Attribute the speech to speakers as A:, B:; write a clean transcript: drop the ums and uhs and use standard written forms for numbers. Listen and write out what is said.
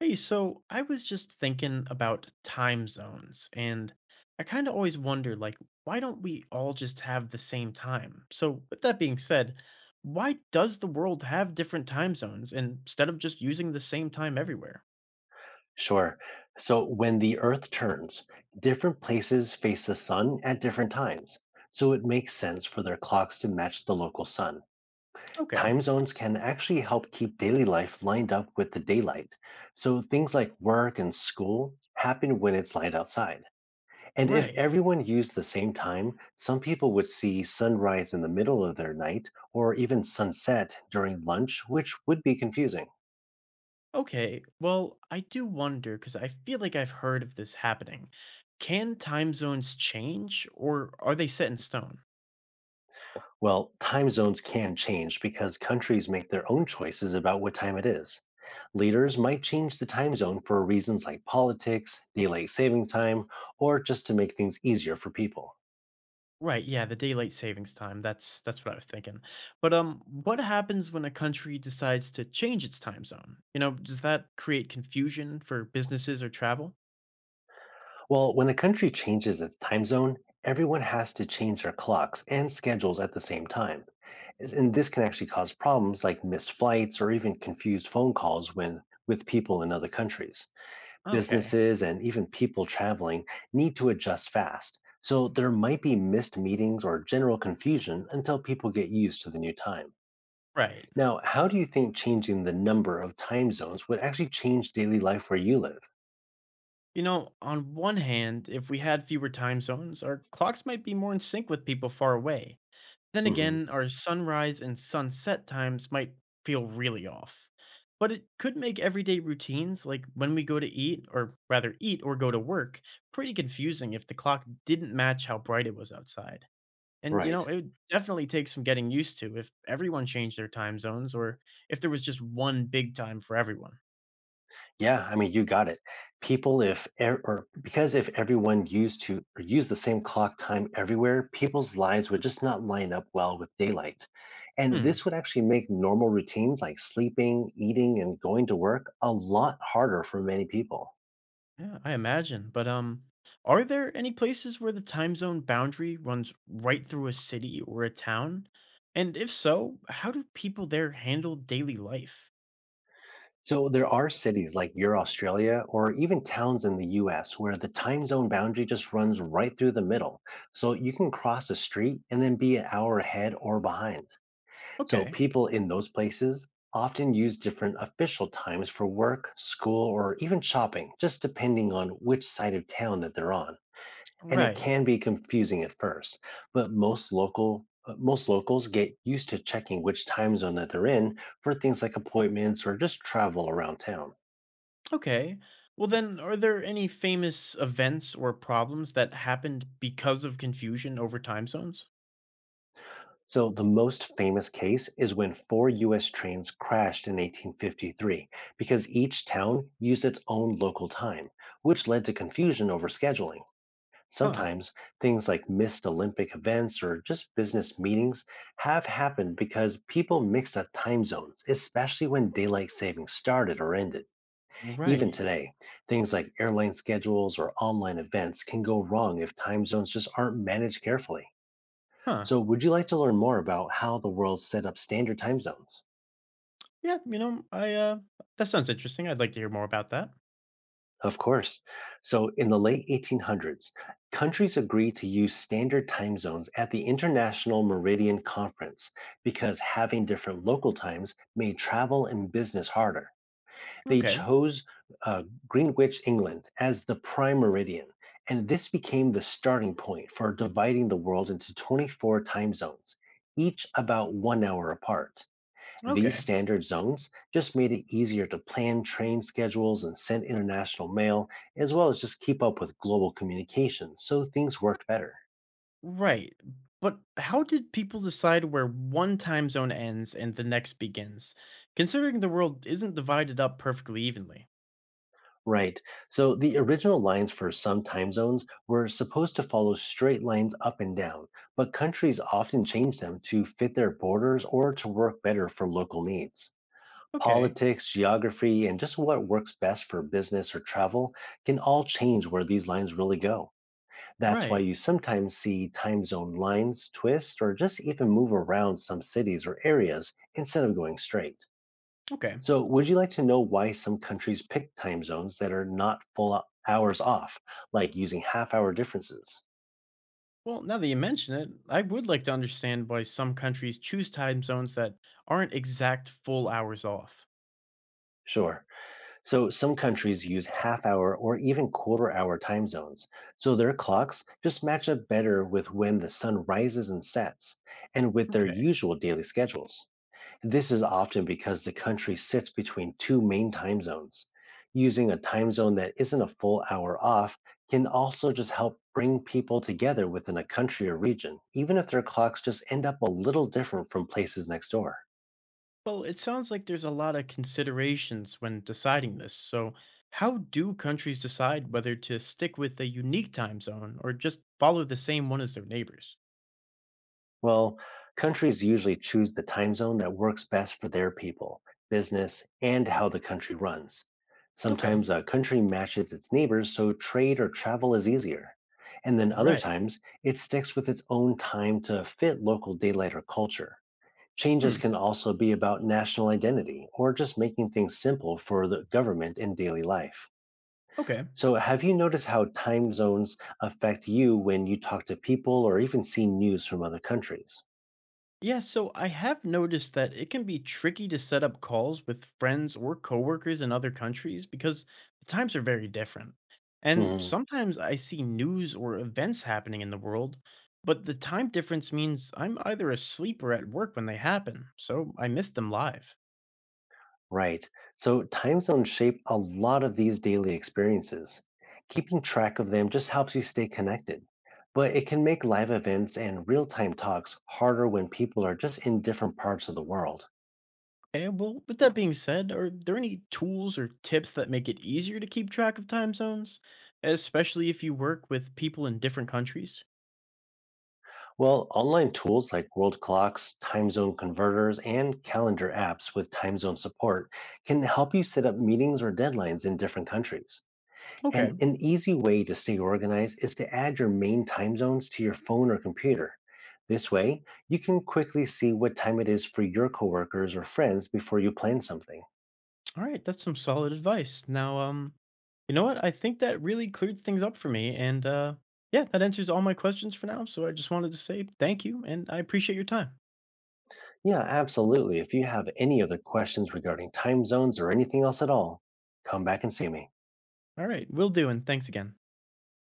A: Hey, so I was just thinking about time zones, and I kind of always wonder, like, why don't we all just have the same time? So, with that being said, why does the world have different time zones instead of just using the same time everywhere?
B: Sure. So when the Earth turns, different places face the sun at different times. So it makes sense for their clocks to match the local sun.
A: Okay,
B: Time zones can actually help keep daily life lined up with the daylight. So things like work and school happen when it's light outside. And if
A: right.
B: everyone used the same time, some people would see sunrise in the middle of their night or even sunset during lunch, which would be confusing.
A: Okay, well, I do wonder because I feel like I've heard of this happening. Can time zones change, or are they set in stone?
B: Well, time zones can change because countries make their own choices about what time it is. Leaders might change the time zone for reasons like politics, daylight saving time, or just to make things easier for people.
A: Right, yeah, the daylight savings time. That's what I was thinking. But what happens when a country decides to change its time zone? You know, does that create confusion for businesses or travel?
B: Well, when a country changes its time zone, everyone has to change their clocks and schedules at the same time. And this can actually cause problems like missed flights or even confused phone calls when with people in other countries.
A: Okay.
B: Businesses and even people traveling need to adjust fast, so there might be missed meetings or general confusion until people get used to the new time.
A: Right.
B: Now, how do you think changing the number of time zones would actually change daily life where you live?
A: You know, on one hand, if we had fewer time zones, our clocks might be more in sync with people far away. Then
B: Hmm.
A: again, our sunrise and sunset times might feel really off. But it could make everyday routines, like when we go to eat, or rather eat or go to work, pretty confusing if the clock didn't match how bright it was outside. And you know,
B: Right.
A: it would definitely take some getting used to if everyone changed their time zones or if there was just one big time for everyone.
B: Yeah, I mean, you got it. People, if ev- or because if everyone used to or used the same clock time everywhere, people's lives would just not line up well with daylight. And
A: Hmm.
B: this would actually make normal routines like sleeping, eating, and going to work a lot harder for many people.
A: Yeah, I imagine. But are there any places where the time zone boundary runs right through a city or a town? And if so, how do people there handle daily life?
B: So there are cities like your Australia or even towns in the US where the time zone boundary just runs right through the middle. So you can cross the street and then be an hour ahead or behind. So
A: Okay,
B: people in those places often use different official times for work, school, or even shopping, just depending on which side of town that they're on. And it
A: right.
B: can be confusing at first, but most locals get used to checking which time zone that they're in for things like appointments or just travel around town.
A: Okay. Well, then, are there any famous events or problems that happened because of confusion over time zones?
B: So the most famous case is when four US trains crashed in 1853 because each town used its own local time, which led to confusion over scheduling.
A: Huh.
B: Sometimes things like missed Olympic events or just business meetings have happened because people mixed up time zones, especially when daylight savings started or ended. Even
A: Right.
B: today, things like airline schedules or online events can go wrong if time zones just aren't managed carefully.
A: Huh.
B: So, would you like to learn more about how the world set up standard time zones?
A: Yeah, you know, that sounds interesting. I'd like to hear more about that.
B: Of course. So, in the late 1800s, countries agreed to use standard time zones at the International Meridian Conference because having different local times made travel and business harder. They
A: Okay.
B: chose Greenwich, England, as the prime meridian, and this became the starting point for dividing the world into 24 time zones, each about 1 hour apart. These
A: Okay.
B: standard zones just made it easier to plan train schedules and send international mail, as well as just keep up with global communication, so things worked better.
A: Right. But how did people decide where one time zone ends and the next begins, considering the world isn't divided up perfectly evenly?
B: Right, so the original lines for some time zones were supposed to follow straight lines up and down, but countries often changed them to fit their borders or to work better for local needs.
A: Okay.
B: Politics, geography, and just what works best for business or travel can all change where these lines really go. That's why
A: Right.
B: you sometimes see time zone lines twist or just even move around some cities or areas instead of going straight.
A: Okay.
B: So, would you like to know why some countries pick time zones that are not hours off, like using half hour differences?
A: Well, now that you mention it, I would like to understand why some countries choose time zones that aren't exact full hours off.
B: Sure. So, some countries use half hour or even quarter hour time zones. So, their clocks just match up better with when the sun rises and sets and with their
A: Okay.
B: usual daily schedules. This is often because the country sits between two main time zones. Using a time zone that isn't a full hour off can also just help bring people together within a country or region, even if their clocks just end up a little different from places next door.
A: Well, it sounds like there's a lot of considerations when deciding this. So, how do countries decide whether to stick with a unique time zone or just follow the same one as their neighbors?
B: Well, countries usually choose the time zone that works best for their people, business, and how the country runs.
A: Okay.
B: Sometimes a country matches its neighbors so trade or travel is easier. And then other
A: Right.
B: times, it sticks with its own time to fit local daylight or culture. Changes
A: Hmm.
B: can also be about national identity or just making things simple for the government in daily life.
A: Okay.
B: So, have you noticed how time zones affect you when you talk to people or even see news from other countries?
A: Yeah, so I have noticed that it can be tricky to set up calls with friends or coworkers in other countries because the times are very different. And
B: Mhm.
A: sometimes I see news or events happening in the world, but the time difference means I'm either asleep or at work when they happen, so I miss them live.
B: Right. So time zones shape a lot of these daily experiences. Keeping track of them just helps you stay connected, but it can make live events and real time talks harder when people are just in different parts of the world.
A: Okay, well, with that being said, are there any tools or tips that make it easier to keep track of time zones, especially if you work with people in different countries?
B: Well, online tools like world clocks, time zone converters, and calendar apps with time zone support can help you set up meetings or deadlines in different countries.
A: Okay.
B: And an easy way to stay organized is to add your main time zones to your phone or computer. This way, you can quickly see what time it is for your coworkers or friends before you plan something.
A: All right, that's some solid advice. You know what? I think that really cleared things up for me, and yeah, that answers all my questions for now. So I just wanted to say thank you, and I appreciate your time.
B: Yeah, absolutely. If you have any other questions regarding time zones or anything else at all, come back and see me.
A: All right, will do, and thanks again.